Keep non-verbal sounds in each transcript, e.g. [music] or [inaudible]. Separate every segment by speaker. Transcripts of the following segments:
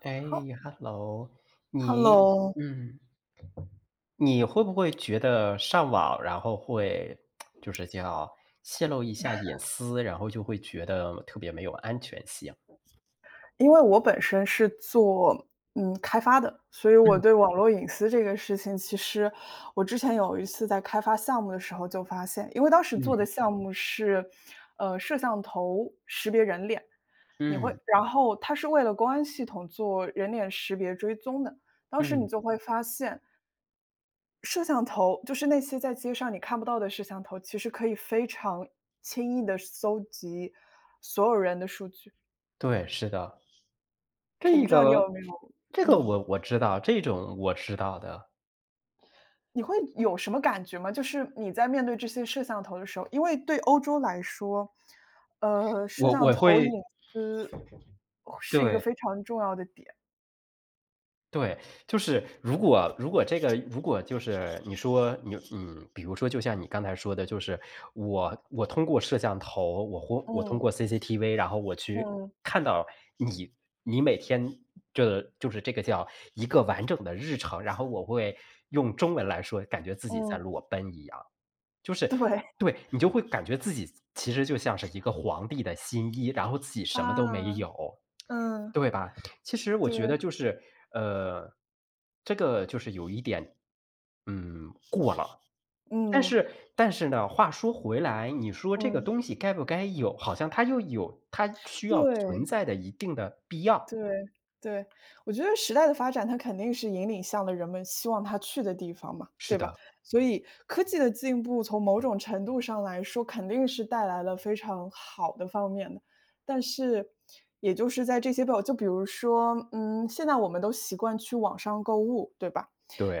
Speaker 1: 哎
Speaker 2: 哈
Speaker 1: ，Hello,你
Speaker 2: ，Hello，
Speaker 1: 嗯，你会不会觉得上网，然后会就是叫泄露一下隐私，然后就会觉得特别没有安全性？
Speaker 2: 因为我本身是做开发的，所以我对
Speaker 1: 嗯
Speaker 2: 网络隐私这个事情，其实我之前有一次在开发项目的时候就发现，因为当时做的
Speaker 1: 嗯
Speaker 2: 项目是摄像头识别人脸，
Speaker 1: 嗯
Speaker 2: 然后它是为了公安系统做人脸识别追踪的，当时你
Speaker 1: 嗯，
Speaker 2: 就会发现。摄像头就是那些在街上你看不到的摄像头，其实可以非常轻易的搜集所有人的数据。
Speaker 1: 对，是的，
Speaker 2: 我
Speaker 1: 这
Speaker 2: 不知道你
Speaker 1: 个
Speaker 2: 有没有
Speaker 1: 这个
Speaker 2: 嗯，
Speaker 1: 我知道，这种我知道的，
Speaker 2: 你会有什么感觉吗？就是你在面对这些摄像头的时候，因为对欧洲来说，摄
Speaker 1: 我
Speaker 2: 像
Speaker 1: 我
Speaker 2: 头隐
Speaker 1: 会
Speaker 2: 私是一个
Speaker 1: 对。
Speaker 2: 非常重要的点。
Speaker 1: 对，就是如果就是你说比如说就像你刚才说的，就是我通过摄像头，我通
Speaker 2: 嗯，
Speaker 1: 过 CCTV,然后我去
Speaker 2: 嗯，
Speaker 1: 看到你你每天这就是这个叫一个完整的日程，然后我会用中文来说，感觉自己在
Speaker 2: 嗯，
Speaker 1: 裸奔一样。就是
Speaker 2: 对，[laughs]
Speaker 1: 对，你就会感觉自己其实就像是一个皇帝的新衣，然后自己什么都没
Speaker 2: 啊，
Speaker 1: 有，
Speaker 2: 嗯，
Speaker 1: 对吧？其实我觉
Speaker 2: 对，
Speaker 1: 得呃，这个就是有一点，过了。但
Speaker 2: 嗯，
Speaker 1: 是但是呢，话说回来，你说这个
Speaker 2: 嗯，
Speaker 1: 东西该不该有，好像它又有它需要存
Speaker 2: 对。
Speaker 1: 在的一定的必要。
Speaker 2: 对，对，我觉得时代的发展，它肯定是引领向了人们希望它去的地方嘛，
Speaker 1: 是
Speaker 2: 对吧？
Speaker 1: 的，
Speaker 2: 所以科技的进步，从某种程度上来说，肯定是带来了非常好的方面的。但是，也就是在这些表就比如说，现在我们都习惯去网上购物，对吧？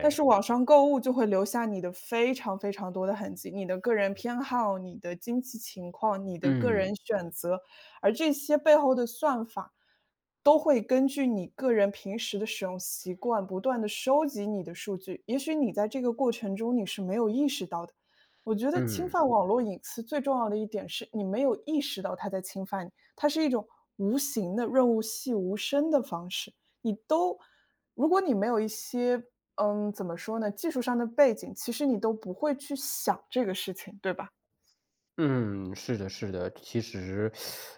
Speaker 2: 但是网上购物就会留下你的非常非常多的痕迹，你的个人偏好、你的经济情况、你的个
Speaker 1: 嗯，
Speaker 2: 人选择，而这些背后的算法都会根据你个人平时的使用习惯，不断的收集你的数据。也许你在这个过程中你是没有意识到的。我觉得侵
Speaker 1: 嗯。
Speaker 2: 犯网络隐私最重要的一点是你没有意识到它在侵犯你，它是一种无形的润物细无声的方式。你都如果你没有一些，怎么说呢，技术上的背景，其实你都不会去想这个事情，对吧？
Speaker 1: 嗯，是的，是的。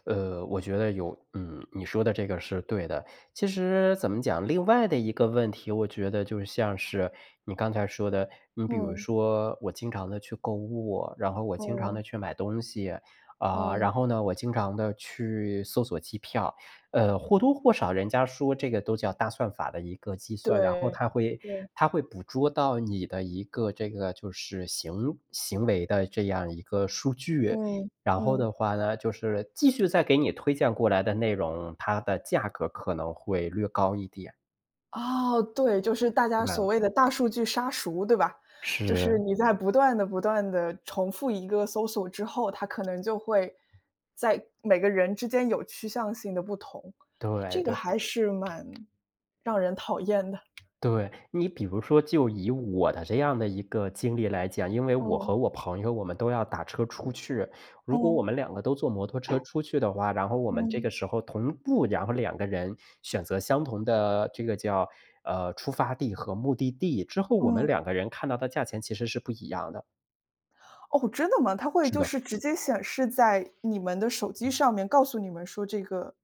Speaker 1: 我觉得你说的这个是对的。其实怎么讲，另外的一个问题，我觉得就像是你刚才说的，你比如
Speaker 2: 嗯，
Speaker 1: 说我经常的去购物，然后我经常
Speaker 2: 嗯，
Speaker 1: 的去买东西，啊，
Speaker 2: 嗯，
Speaker 1: 然后呢，我经常的去搜索机票。呃，或多或少人家说这个都叫大算法的一个计算，然后
Speaker 2: 对，对。
Speaker 1: 它会捕捉到你的一个行为的这样一个数据。
Speaker 2: 嗯，
Speaker 1: 然后
Speaker 2: 嗯，
Speaker 1: 的话呢，就是继续再给你推荐过来的内容，它的价格可能会略高一点，
Speaker 2: 哦，对，就是大
Speaker 1: 是
Speaker 2: 家
Speaker 1: 吧？
Speaker 2: 所谓的大数据杀熟，对吧？就是
Speaker 1: 是，
Speaker 2: 你在不断的、不断的重复一个搜索之后，它可能就会在每个人之间有趋向性的不同，哎，
Speaker 1: 对
Speaker 2: 这个
Speaker 1: 对。
Speaker 2: 还是蛮让人讨厌的。
Speaker 1: 对，你比如说就以我的这样的一个经历来讲，因为我
Speaker 2: 嗯，
Speaker 1: 和我朋友我们都要打车出去，如果我
Speaker 2: 嗯，
Speaker 1: 们两个都坐摩托车出去的话，然后我们这个
Speaker 2: 嗯，
Speaker 1: 时候同步，然后两个人选择相同的这个叫呃出发地和目的地之后，我们
Speaker 2: 嗯。
Speaker 1: 两个人看到的价钱其实是不一样的。
Speaker 2: 哦，真的吗？它会
Speaker 1: 是
Speaker 2: 就
Speaker 1: 的。
Speaker 2: 是直接显示在你们的手机上面，告诉你们说这个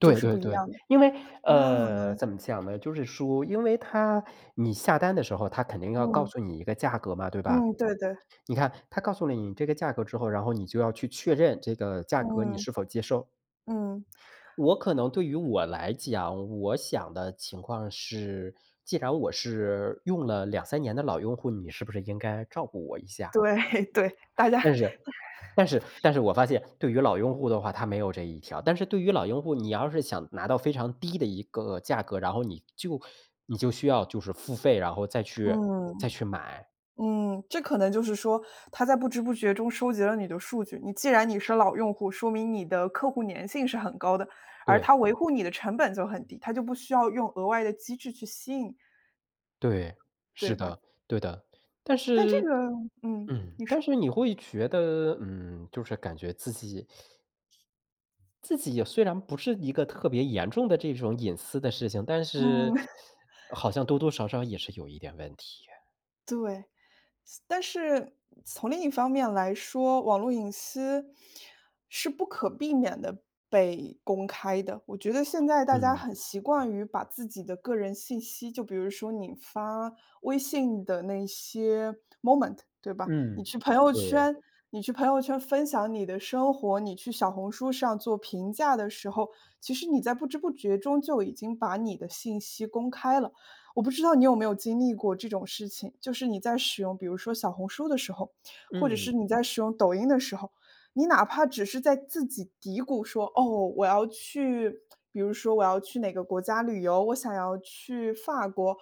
Speaker 2: 就是
Speaker 1: 对
Speaker 2: 不一
Speaker 1: 对。
Speaker 2: 样的。
Speaker 1: 因为，
Speaker 2: 啊，
Speaker 1: 怎么讲呢？就是说，因为他你下单的时候，他肯定要告
Speaker 2: 嗯，
Speaker 1: 诉你一个价格嘛，对吧？
Speaker 2: 嗯，对对，
Speaker 1: 你看，他告诉了你这个价格之后，然后你就要去确认这个价格你
Speaker 2: 嗯，
Speaker 1: 是否接受。
Speaker 2: 嗯。
Speaker 1: 我可能对于我来讲，我想的情况是，既然我是用了两三年的老用户，你是不是应该照顾我一下？
Speaker 2: 对 [laughs] 对，大家
Speaker 1: 但是但是我发现对于老用户的话，他没有这一条。但是对于老用户，你要是想拿到非常低的一个价格，然后你就需要就是付费，然后再
Speaker 2: 嗯
Speaker 1: 去买。
Speaker 2: 嗯，这可能就是说，他在不知不觉中收集了你的数据。既然你是老用户，说明你的客户粘性是很高的，而
Speaker 1: 对，
Speaker 2: 他维护你的成本就很低，他就不需要用额外的机制去吸引，
Speaker 1: 对，
Speaker 2: 对
Speaker 1: 是
Speaker 2: 吧？
Speaker 1: 的，对的。但
Speaker 2: 但这
Speaker 1: 是
Speaker 2: 个你
Speaker 1: 但
Speaker 2: 说，
Speaker 1: 是你会觉得就是感觉自己也虽然不是一个特别严重的这种隐私的事情，但
Speaker 2: 嗯，
Speaker 1: 是
Speaker 2: [laughs]
Speaker 1: 好像多多少少也是有一点问题，
Speaker 2: 对。但是从另一方面来说，网络隐私是不可避免的被公开的。我觉得现在大家
Speaker 1: 嗯。
Speaker 2: 很习惯于把自己的个人信息，就比如说你发微信的那些 moment，对吧？你
Speaker 1: 嗯，
Speaker 2: 去朋友
Speaker 1: 对，
Speaker 2: 圈你去朋友圈分享你的生活，你去小红书上做评价的时候，其实你在不知不觉中就已经把你的信息公开了。我不知道你有没有经历过这种事情，就是你在使用比如说小红书的时候，或者
Speaker 1: 嗯，
Speaker 2: 是你在使用抖音的时候，你哪怕只是在自己嘀咕说：“哦，我要去，比如说我要去哪个国家旅游，我想要去法国。”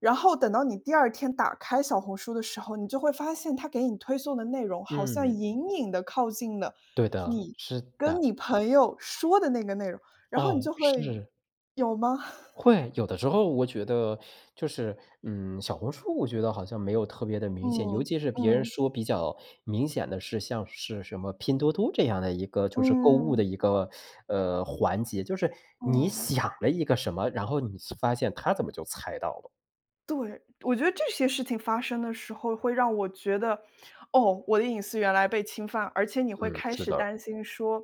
Speaker 2: 然后等到你第二天打开小红书的时候，你就会发现它给你推送的内容好像
Speaker 1: 嗯，
Speaker 2: 隐隐的靠近了
Speaker 1: 对的，
Speaker 2: 你
Speaker 1: 是的，
Speaker 2: 跟你朋友说的那个内容，然后你
Speaker 1: 哦，
Speaker 2: 就会
Speaker 1: 是，
Speaker 2: 有吗？
Speaker 1: 会，有的时候我觉得就是，小红书我觉得好像没有特别的
Speaker 2: [laughs]
Speaker 1: 明显，尤
Speaker 2: 嗯，
Speaker 1: 其是别人
Speaker 2: 嗯。
Speaker 1: 说比较明显的是像是什么拼多多这样的一个就是购物的
Speaker 2: 嗯，
Speaker 1: 一个，环节，就是你
Speaker 2: 嗯，
Speaker 1: 想了一个什么，然后你发现他怎么就猜到了，
Speaker 2: 对，我觉得这些事情发生的时候会让我觉得，哦，我的隐私原来被侵犯，而且你会
Speaker 1: 嗯，
Speaker 2: 开
Speaker 1: 是
Speaker 2: 始
Speaker 1: 的。
Speaker 2: 担心说，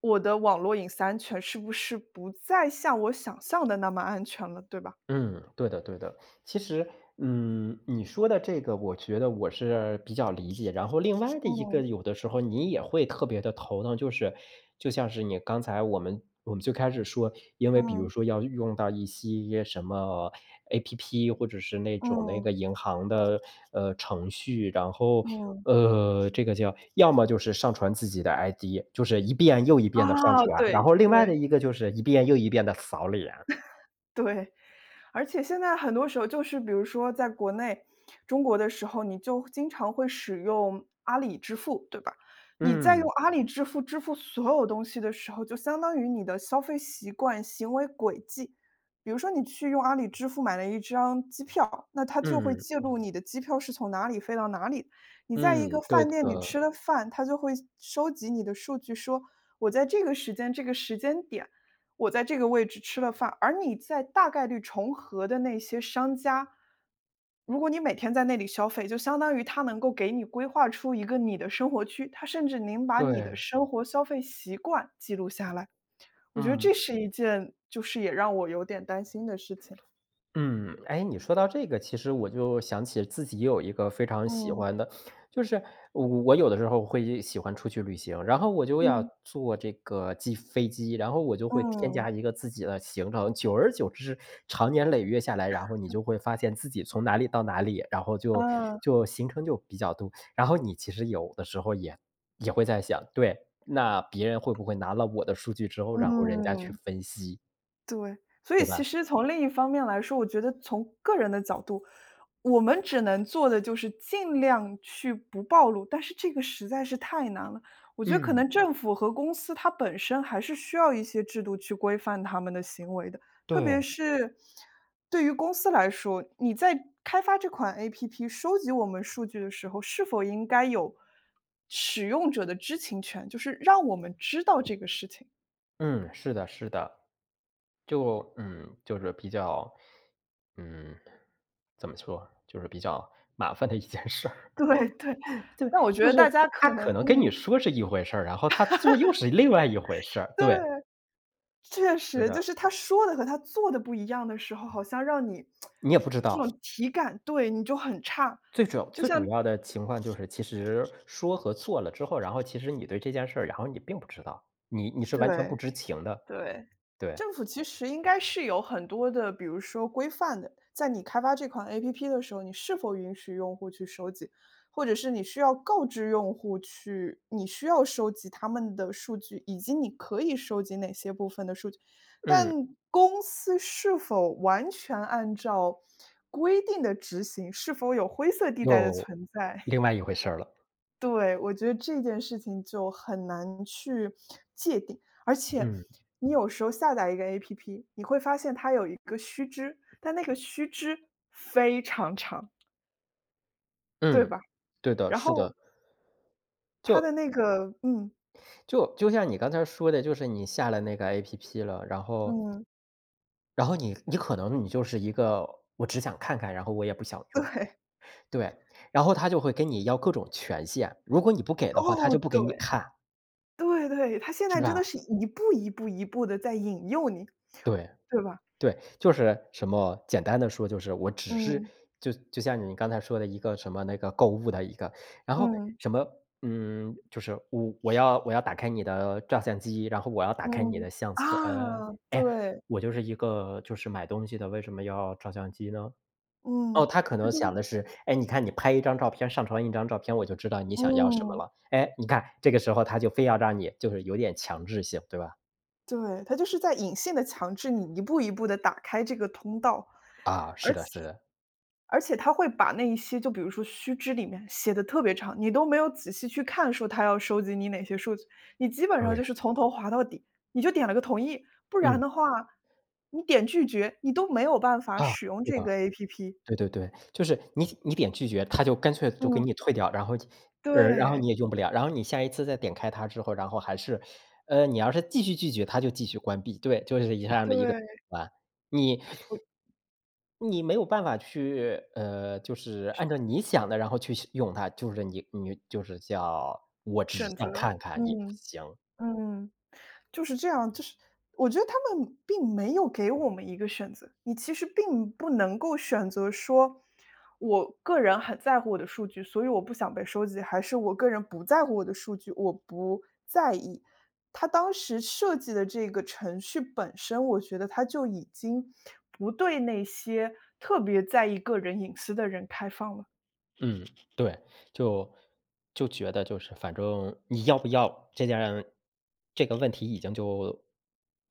Speaker 2: 我的网络隐私安全是不是不再像我想象的那么安全了，对吧？
Speaker 1: 嗯，对的对的。其实，你说的这个我觉得我是比较理解。然后另外的一个，
Speaker 2: 嗯，
Speaker 1: 有的时候你也会特别的头疼，就是就像是你刚才我们最开始说，因为比如
Speaker 2: 嗯，
Speaker 1: 说要用到一些什么 APP,或者是那种那
Speaker 2: 嗯，
Speaker 1: 个银行的，程序，
Speaker 2: 嗯，
Speaker 1: 这个叫要么就是上传自己的 ID,就是一遍又一遍的上
Speaker 2: 啊，
Speaker 1: 传，然
Speaker 2: 对，
Speaker 1: 后另外的
Speaker 2: 对，
Speaker 1: 一个就是一遍又一遍的扫脸。
Speaker 2: 对。而且现在很多时候就是比如说在国内中国的时候，你就经常会使用阿里支付，对吧？你在用
Speaker 1: 嗯，
Speaker 2: 阿里支付支付所有东西的时候，就相当于你的消费习惯、行为轨迹。比如说你去用阿里支付买了一张机票，那它就会
Speaker 1: 嗯。
Speaker 2: 记录你的机票是从哪里飞到哪里。你在一
Speaker 1: 嗯，
Speaker 2: 个
Speaker 1: 对
Speaker 2: 饭店里
Speaker 1: 的，
Speaker 2: 吃了饭，它就会收集你的数据说，我在这个时间、这个时间点我在这个位置吃了饭，而你在大概率重合的那些商家，如果你每天在那里消费，就相当于他能够给你规划出一个你的生活区，他甚至能把你
Speaker 1: 对，
Speaker 2: 的生活消费习惯记录下来。我觉得
Speaker 1: 嗯。
Speaker 2: 这是一件就是也让我有点担心的事情。
Speaker 1: 嗯，哎，你说到这个，其实我就想起自己有一个非常喜
Speaker 2: 嗯，
Speaker 1: 欢的，就是我有的时候会喜欢出去旅行，然后我就要
Speaker 2: 嗯，
Speaker 1: 坐这个机飞机，然后我就会添
Speaker 2: 嗯，
Speaker 1: 加一个自己的行程，久而久之，长年累月下来，然后你就会发现自己从哪里到哪里，然后就
Speaker 2: 嗯
Speaker 1: 就行程就比较多，然后你其实有的时候也会在想，对，那别人会不会拿了我的数据之后，然后人家去
Speaker 2: 嗯。
Speaker 1: 分析？
Speaker 2: 对，所以
Speaker 1: 对
Speaker 2: 其
Speaker 1: 吧？
Speaker 2: 实从另一方面来说，我觉得从个人的角度，我们只能做的就是尽量去不暴露，但是这个实在是太难了。我觉得可
Speaker 1: 嗯，
Speaker 2: 能政府和公司它本身还是需要一些制度去规范他们的行为的，特别
Speaker 1: 对，
Speaker 2: 是对于公司来说，你在开发这款 APP 收集我们数据的时候，是否应该有使用者的知情权，就是让我们知道这个事情。
Speaker 1: 嗯，是的，是的，就是嗯，怎么说，就是比较麻烦的一件事儿。
Speaker 2: 对对，
Speaker 1: [laughs] 对，
Speaker 2: 但我觉
Speaker 1: 就
Speaker 2: 得
Speaker 1: 是
Speaker 2: 大家
Speaker 1: 他
Speaker 2: 可能
Speaker 1: 可能跟你说是一回事儿，然后他做又是另外一回事儿。对，
Speaker 2: 对，确
Speaker 1: 对
Speaker 2: 实，就
Speaker 1: 的，
Speaker 2: 是他说的和他做的不一样的时候，好像让你
Speaker 1: 你也不知
Speaker 2: 这
Speaker 1: 道。
Speaker 2: 种体感对，你就很差，
Speaker 1: 最主要
Speaker 2: 就
Speaker 1: 最主
Speaker 2: 像
Speaker 1: 要的情况就是，其实说和做了之后，然后其实你对这件事儿，然后你并不知道，你是完全不
Speaker 2: 对。
Speaker 1: 知情的。
Speaker 2: 对，
Speaker 1: 对，
Speaker 2: 政府其实应该是有很多的，比如说规范的，在你开发这款 APP 的时候，你是否允许用户去收集，或者是你需要告知用户去，你需要收集他们的数据，以及你可以收集哪些部分的数据。但
Speaker 1: 嗯，
Speaker 2: 公司是否完全按照规定的执行，是否有灰色地带的
Speaker 1: 又
Speaker 2: 存在？
Speaker 1: 另外一回事儿了。
Speaker 2: 对，我觉得这件事情就很难去界定，而且
Speaker 1: 嗯。
Speaker 2: 你有时候下载一个 APP，你会发现它有一个须知，但那个须知对
Speaker 1: 嗯，
Speaker 2: 吧？
Speaker 1: 对的，
Speaker 2: 然
Speaker 1: 是
Speaker 2: 后
Speaker 1: 的。
Speaker 2: 它
Speaker 1: 就
Speaker 2: 的那个嗯，
Speaker 1: 就就像你刚才说的，就是你下了那个 APP 了，然后
Speaker 2: 嗯，
Speaker 1: 然后你可能你就是一个我只想看看，然后我也不想用，
Speaker 2: 对，
Speaker 1: 对。然后他就会跟你要各种权限，如果你不给的话，他
Speaker 2: 哦，
Speaker 1: 就不给
Speaker 2: 对，
Speaker 1: 你看，
Speaker 2: [laughs] 对对，它现
Speaker 1: 是
Speaker 2: 在真
Speaker 1: 吧？
Speaker 2: 的是一步一步一步的在引诱你，
Speaker 1: 对。
Speaker 2: 对吧？
Speaker 1: 对，就是什么简单的说就是我只是
Speaker 2: 嗯，
Speaker 1: 就就像你刚才说的一个什么那个购物的一个，然后
Speaker 2: 嗯，
Speaker 1: 什么，就是我要打开你的照相机，然后我要打开你的
Speaker 2: 嗯，
Speaker 1: 相册，
Speaker 2: 啊，
Speaker 1: 哎，
Speaker 2: 对，
Speaker 1: 我就是一个就是买东西的，为什么要照相机呢？哦，
Speaker 2: 嗯，
Speaker 1: 他可
Speaker 2: 那
Speaker 1: 能
Speaker 2: 就
Speaker 1: 想
Speaker 2: 是
Speaker 1: 的是，哎，你看你拍一张照片，上传一张照片，我就知道你想要什么
Speaker 2: 嗯。
Speaker 1: 了。哎，你看这个时候他就非要让你就是有点强制性，对吧？
Speaker 2: 对，它就是在隐性的强制你一步一步的打开这个通道，
Speaker 1: 啊，是
Speaker 2: 而且
Speaker 1: 的是的，
Speaker 2: 而且它会把那一些就比如说须知里面写的特别长，你都没有仔细去看说它要收集你哪些数据，你基本上
Speaker 1: 对，
Speaker 2: 就是从头滑到底，你就点了个同意，不然
Speaker 1: 嗯，
Speaker 2: 的话，你点拒绝，你都没有办法
Speaker 1: 啊，
Speaker 2: 使用
Speaker 1: 是
Speaker 2: 这
Speaker 1: 的。
Speaker 2: 个 APP。
Speaker 1: 对对对，就是你点拒绝，他就干脆就给
Speaker 2: 嗯，
Speaker 1: 你退掉，然后
Speaker 2: 对，
Speaker 1: 你也用不了，然后你下一次再点开它之后，然后还是你要是继续拒绝，它就继续关闭，对，就是一这样的一个
Speaker 2: 对，
Speaker 1: 啊，你
Speaker 2: 我
Speaker 1: 你没有办法去就是按照你想的，然后去使用它，就是你就是叫我只
Speaker 2: 选
Speaker 1: 想
Speaker 2: 择，
Speaker 1: 看看也不
Speaker 2: 嗯，
Speaker 1: 行。
Speaker 2: 嗯。就是这样，就是我觉得他们并没有给我们一个选择，你其实并不能够选择说，我个人很在乎我的数据，所以我不想被收集，还是我个人不在乎我的数据，我不在意。他当时设计的这个程序本身，我觉得他就已经不对那些特别在意个人隐私的人开放了。
Speaker 1: 嗯，对，就觉得就是反正你要不要这个问题已经就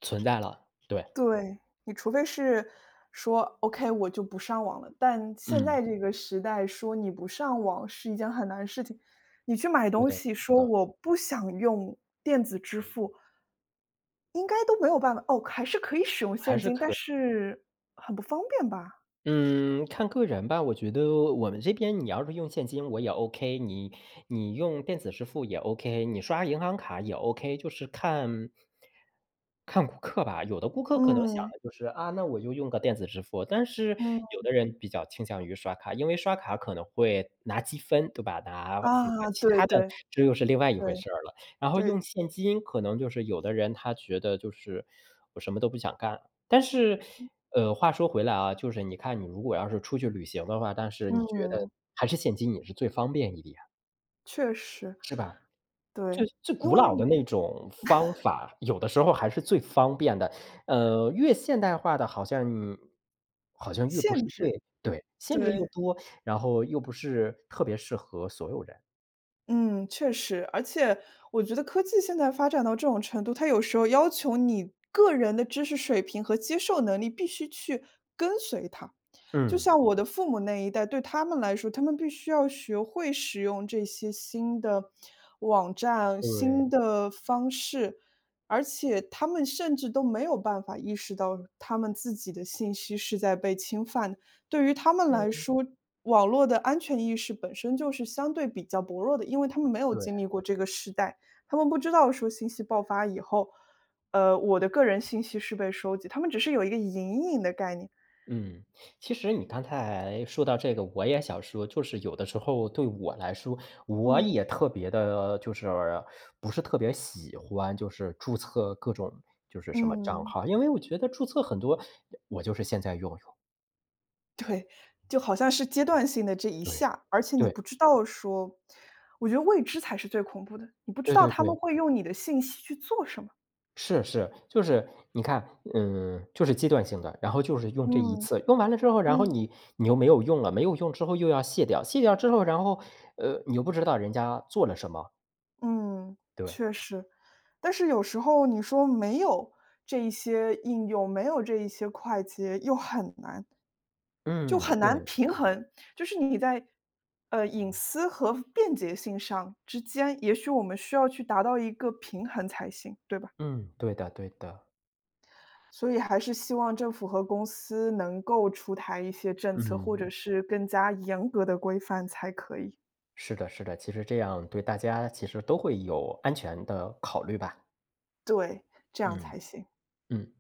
Speaker 1: 存在了，对，
Speaker 2: 对，你除非是说 “OK，我就不上网了”，但现
Speaker 1: 嗯，
Speaker 2: 在这个时代说你不上网是一件很难的事情。你去买
Speaker 1: 对
Speaker 2: 东
Speaker 1: 的，
Speaker 2: 西
Speaker 1: 是
Speaker 2: 说
Speaker 1: 的，
Speaker 2: 我不想用电子支付应该都没有办法哦，还是可以使用
Speaker 1: 还
Speaker 2: 现
Speaker 1: 是
Speaker 2: 金，但
Speaker 1: 可
Speaker 2: 是很不方便吧？
Speaker 1: 嗯，看个人吧。我觉得我们这边你要是用现金我也 OK,你用电子支付也 OK,你刷银行卡也 OK,就是看顾客吧。有的顾客可能想
Speaker 2: 嗯，
Speaker 1: 的就是啊，那我就用个电子支付，但是
Speaker 2: 嗯，
Speaker 1: 有的人比较倾向于刷卡，因为刷卡可能会拿积分，对吧？拿
Speaker 2: 啊，
Speaker 1: 其
Speaker 2: 对
Speaker 1: 他的，
Speaker 2: 对
Speaker 1: 这又是另外一回
Speaker 2: 对
Speaker 1: 事儿了。然后用
Speaker 2: 对，
Speaker 1: 现金，可能就是有的人他觉得就是我什么都不想干，但是，话说回来啊，就是你看你如果要是出去旅行的话，但是你觉得
Speaker 2: 嗯，
Speaker 1: 还是现金也是最方便一点，
Speaker 2: 确实，
Speaker 1: 是吧？最
Speaker 2: 对，
Speaker 1: 最
Speaker 2: 因
Speaker 1: 古老的
Speaker 2: 为
Speaker 1: 那种方法，有的时候还是最方便的。呃，越现代化的好像好像越不是
Speaker 2: 限制，
Speaker 1: 对对，限制又
Speaker 2: 对。
Speaker 1: 多，然后又不是特别适合所有人。
Speaker 2: 嗯，确实，而且我觉得科技现在发展到这种程度，它有时候要求你个人的知识水平和接受能力必须去跟随它。就
Speaker 1: 嗯，
Speaker 2: 像我的父母那一代，对他们来说，他们必须要学会使用这些新的网站、
Speaker 1: 对，
Speaker 2: 新的方式，而且他们甚至都没有办法意识到他们自己的信息是在被侵犯的。对于他们来
Speaker 1: 嗯。
Speaker 2: 说，网络的安全意识本身就是相对比较薄弱的，因为他们没有
Speaker 1: 对。
Speaker 2: 经历过这个时代，他们不知道说信息爆发以后，我的个人信息是被收集，他们只是有一个隐隐的概念。
Speaker 1: 嗯，其实你刚才说到这个，我也想说，就是有的时候对我来说，我
Speaker 2: 嗯，
Speaker 1: 也特别的，就是不是特别喜欢，就是注册各种就是什么账
Speaker 2: 嗯，
Speaker 1: 号，因为我觉得注册很多，我就是现在用
Speaker 2: 对，就好像是阶段性的这一
Speaker 1: 对，
Speaker 2: 下，而且你
Speaker 1: 对，
Speaker 2: 不知道说我觉得未知才是最恐怖的，你不知
Speaker 1: 对
Speaker 2: 道
Speaker 1: 对
Speaker 2: 他们
Speaker 1: 对，
Speaker 2: 会用你的信息去做什么。
Speaker 1: 是是，就是你看，就是阶段性的，然后就是用这一
Speaker 2: 嗯，
Speaker 1: 次，用完了之后，然后
Speaker 2: 嗯。
Speaker 1: 你你又没有用了，没有用之后又要卸掉，卸掉之后，你又不知道人家做了什么，
Speaker 2: 嗯，
Speaker 1: 对。
Speaker 2: 确实。但是有时候你说没有这一些应用，没有这一些快捷，又很难就
Speaker 1: 嗯，
Speaker 2: 很难
Speaker 1: 对，
Speaker 2: 平衡。就是你在，隐私和便捷性上之间，也许我们需要去达到一个平衡才行，对吧？
Speaker 1: 嗯，对的对的。
Speaker 2: 所以还是希望政府和公司能够出台一些政策，或
Speaker 1: 嗯，
Speaker 2: 者是更加严格的规范才可以。
Speaker 1: 是的是的，其实这样对大家其实都会有安全的考虑吧。
Speaker 2: 对，这样
Speaker 1: 嗯，
Speaker 2: 才行。
Speaker 1: 嗯。